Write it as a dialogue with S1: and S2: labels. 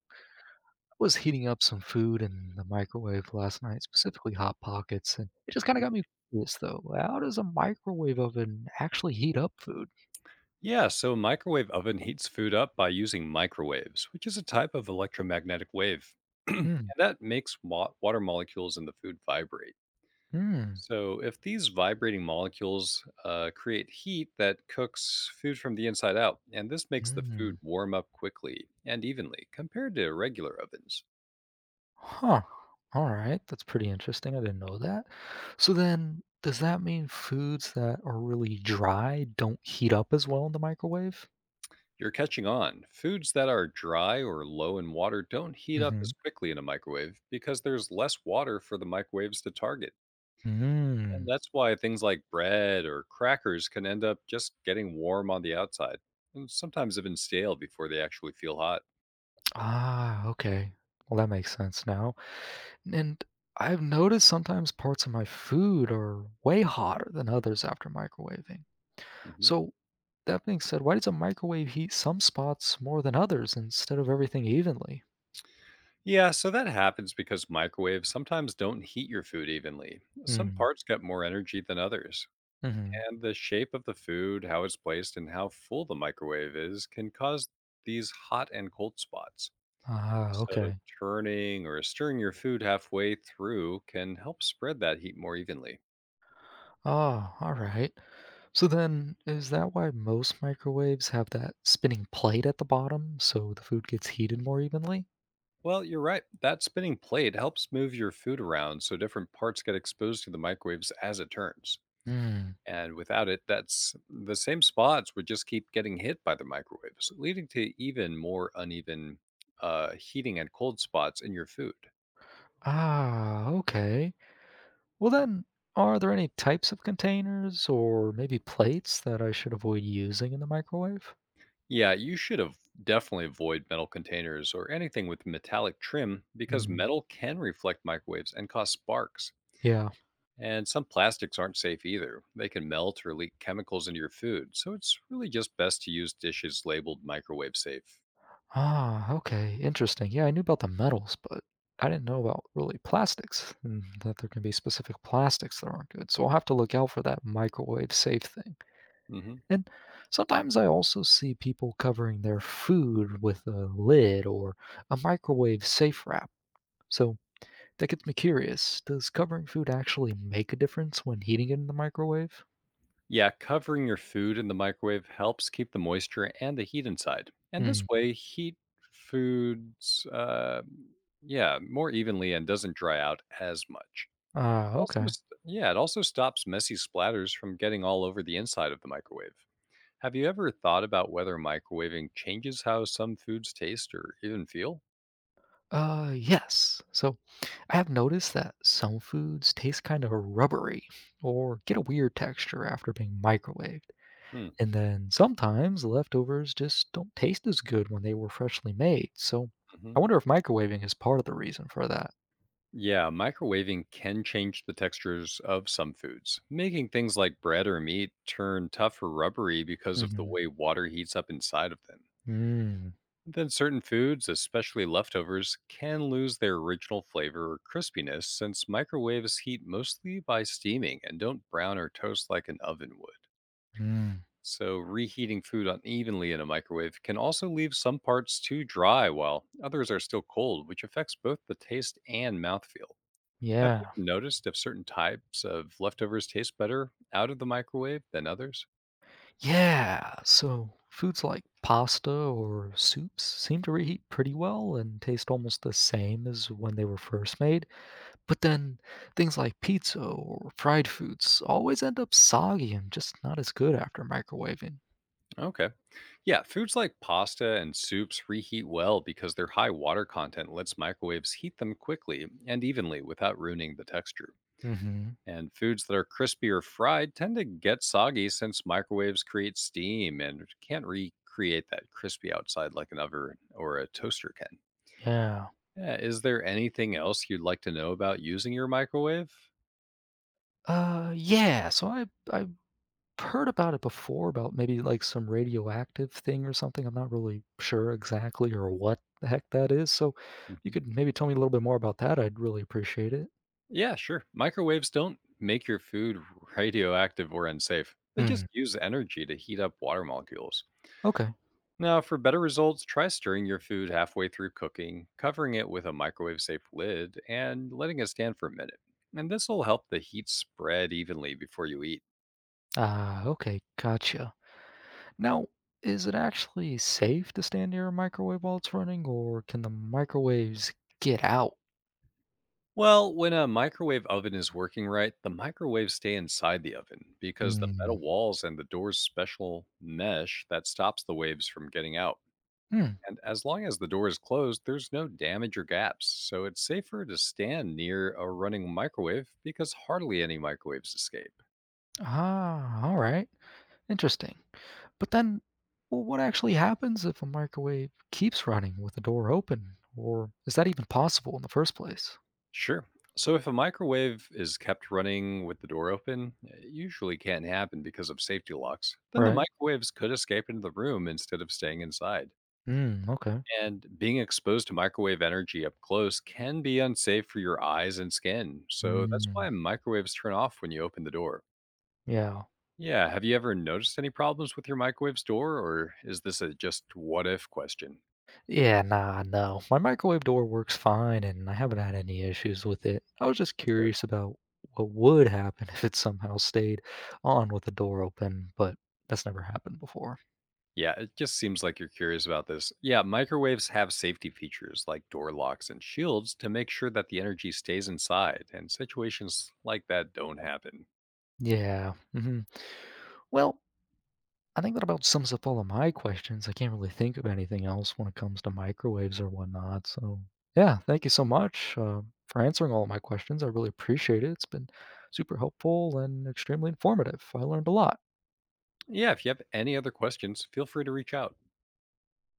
S1: Was heating up some food in the microwave last night, specifically Hot Pockets, and it just kinda
S2: Mm,
S1: got me curious, though. How does a microwave oven actually heat up food?
S2: yeah, so a microwave oven heats food up by using microwaves, which is a type of electromagnetic wave. And
S1: Hmm,
S2: that makes water molecules in the food vibrate.
S1: hmm,
S2: So, if these vibrating molecules create heat that cooks food from the inside out, and this makes the food
S1: hmm.
S2: warm up quickly and evenly compared to regular ovens.
S1: Huh. Alright, that's pretty interesting, I didn't know that. So then, does that mean foods that are really dry don't heat up as well in the microwave?
S2: You're catching on. Foods that are dry or low in water don't heat up as
S1: Mhm.
S2: quickly in a microwave because there's less water for the microwaves to target. And
S1: Mm.
S2: that's why things like bread or crackers can end up just getting warm on the outside and sometimes even stale before they actually feel hot.
S1: Ah, okay. Well, that makes sense now. And I've noticed sometimes parts of my food are way hotter than others after microwaving.
S2: Mhm.
S1: So, that being said, why does a microwave heat some spots more than others instead of everything evenly?
S2: Yeah, so that happens because microwaves sometimes don't heat your food evenly. Some
S1: Hmm.
S2: parts get more energy than others.
S1: Mm-hmm.
S2: And the shape of the food, how it's placed, and how full the microwave is can cause these hot and cold spots.
S1: Ah,
S2: So,
S1: okay.
S2: turning or stirring your food halfway through can help spread that heat more evenly.
S1: Ah, all right. So then, is that why most microwaves have that spinning plate at the bottom so the food gets heated more evenly?
S2: Well, you're right. That spinning plate helps move your food around so different parts get exposed to the microwaves as it turns.
S1: Hmm.
S2: And without it, that's the same spots would just keep getting hit by the microwaves, leading to even more uneven heating and cold spots in your food.
S1: Ah, okay. Well, then, are there any types of containers or maybe plates that I should avoid using in the microwave?
S2: Yeah, you should have definitely avoid metal containers or anything with metallic trim because
S1: Hmm.
S2: metal can reflect microwaves and cause sparks.
S1: Yeah.
S2: And some plastics aren't safe either. They can melt or leak chemicals into your food, so it's really just best to use dishes labeled microwave safe.
S1: Ah, okay. Interesting. Yeah, I knew about the metals, but I didn't know about really plastics and that there can be specific plastics that aren't good. So I'll have to look out for that microwave safe thing.
S2: Hmm.
S1: And sometimes I also see people covering their food with a lid or a microwave safe wrap. So that gets me curious. Does covering food actually make a difference when heating it in the microwave?
S2: Yeah, covering your food in the microwave helps keep the moisture and the heat inside. And
S1: Hmm.
S2: this way, heat foods, yeah, more evenly and doesn't dry out as much.
S1: Ah,
S2: Also,
S1: okay.
S2: yeah, it also stops messy splatters from getting all over the inside of the microwave. Have you ever thought about whether microwaving changes how some foods taste or even feel?
S1: Yes. So I have noticed that some foods taste kind of rubbery or get a weird texture after being microwaved.
S2: Mm,
S1: And then sometimes leftovers just don't taste as good when they were freshly made. So I
S2: mhm.
S1: wonder if microwaving is part of the reason for that.
S2: Yeah, microwaving can change the textures of some foods, making things like bread or meat turn tough or rubbery because of the
S1: Mm-hmm.
S2: way water heats up inside of them.
S1: Mm.
S2: Then certain foods, especially leftovers, can lose their original flavor or crispiness since microwaves heat mostly by steaming and don't brown or toast like an oven would.
S1: Mm.
S2: So, reheating food unevenly in a microwave can also leave some parts too dry while others are still cold, which affects both the taste and mouthfeel. Have you
S1: Yeah.
S2: ever noticed if certain types of leftovers taste better out of the microwave than others?
S1: Yeah, so foods like pasta or soups seem to reheat pretty well and taste almost the same as when they were first made. But then things like pizza or fried foods always end up soggy and just not as good after microwaving.
S2: Okay. Yeah, foods like pasta and soups reheat well because their high water content lets microwaves heat them quickly and evenly without ruining the texture.
S1: Hmm.
S2: And foods that are crispy or fried tend to get soggy since microwaves create steam and can't recreate that crispy outside like an oven or a toaster can.
S1: Yeah.
S2: Yeah, is there anything else you'd like to know about using your microwave?
S1: Yeah, so I've heard about it before about maybe like some radioactive thing or something. I'm not really sure exactly or what the heck that is. So if you
S2: Mhm.
S1: could maybe tell me a little bit more about that. I'd really appreciate it.
S2: Yeah, sure. Microwaves don't make your food radioactive or unsafe. They just use energy to heat up water molecules.
S1: Okay.
S2: Now, for better results, try stirring your food halfway through cooking, covering it with a microwave safe lid, and letting it stand for a minute. And this will help the heat spread evenly before you eat.
S1: Ah, okay, gotcha. Now, is it actually safe to stand near a microwave while it's running, or can the microwaves get out?
S2: Well, when a microwave oven is working right, the microwaves stay inside the oven because the
S1: Hmm.
S2: metal walls and the door's special mesh that stops the waves from getting out.
S1: Hmm.
S2: And as long as the door is closed, there's no damage or gaps, so it's safer to stand near a running microwave because hardly any microwaves escape.
S1: Ah, all right. Interesting. But then, well, what actually happens if a microwave keeps running with the door open? Or is that even possible in the first place?
S2: Sure. So if a microwave is kept running with the door open, it usually can't happen because of safety locks, then the
S1: Right?
S2: microwaves could escape into the room instead of staying inside.
S1: Hmm, okay.
S2: And being exposed to microwave energy up close can be unsafe for your eyes and skin, so that's
S1: Hmm.
S2: why microwaves turn off when you open the door.
S1: Yeah.
S2: Yeah, have you ever noticed any problems with your microwave store, or is this a just what if question?
S1: Yeah, nah, no. My microwave door works fine, and I haven't had any issues with it. I was just
S2: Oh, good.
S1: curious about what would happen if it somehow stayed on with the door open, but that's never happened before.
S2: Yeah, it just seems like you're curious about this. Yeah, microwaves have safety features like door locks and shields to make sure that the energy stays inside, and situations like that don't happen.
S1: Yeah. Hmm. Well, I think that about sums up all of my questions. I can't really think of anything else when it comes to microwaves or whatnot. So, yeah, thank you so much for answering all of my questions. I really appreciate it. It's been super helpful and extremely informative. I learned a lot.
S2: Yeah, if you have any other questions, feel free to reach out.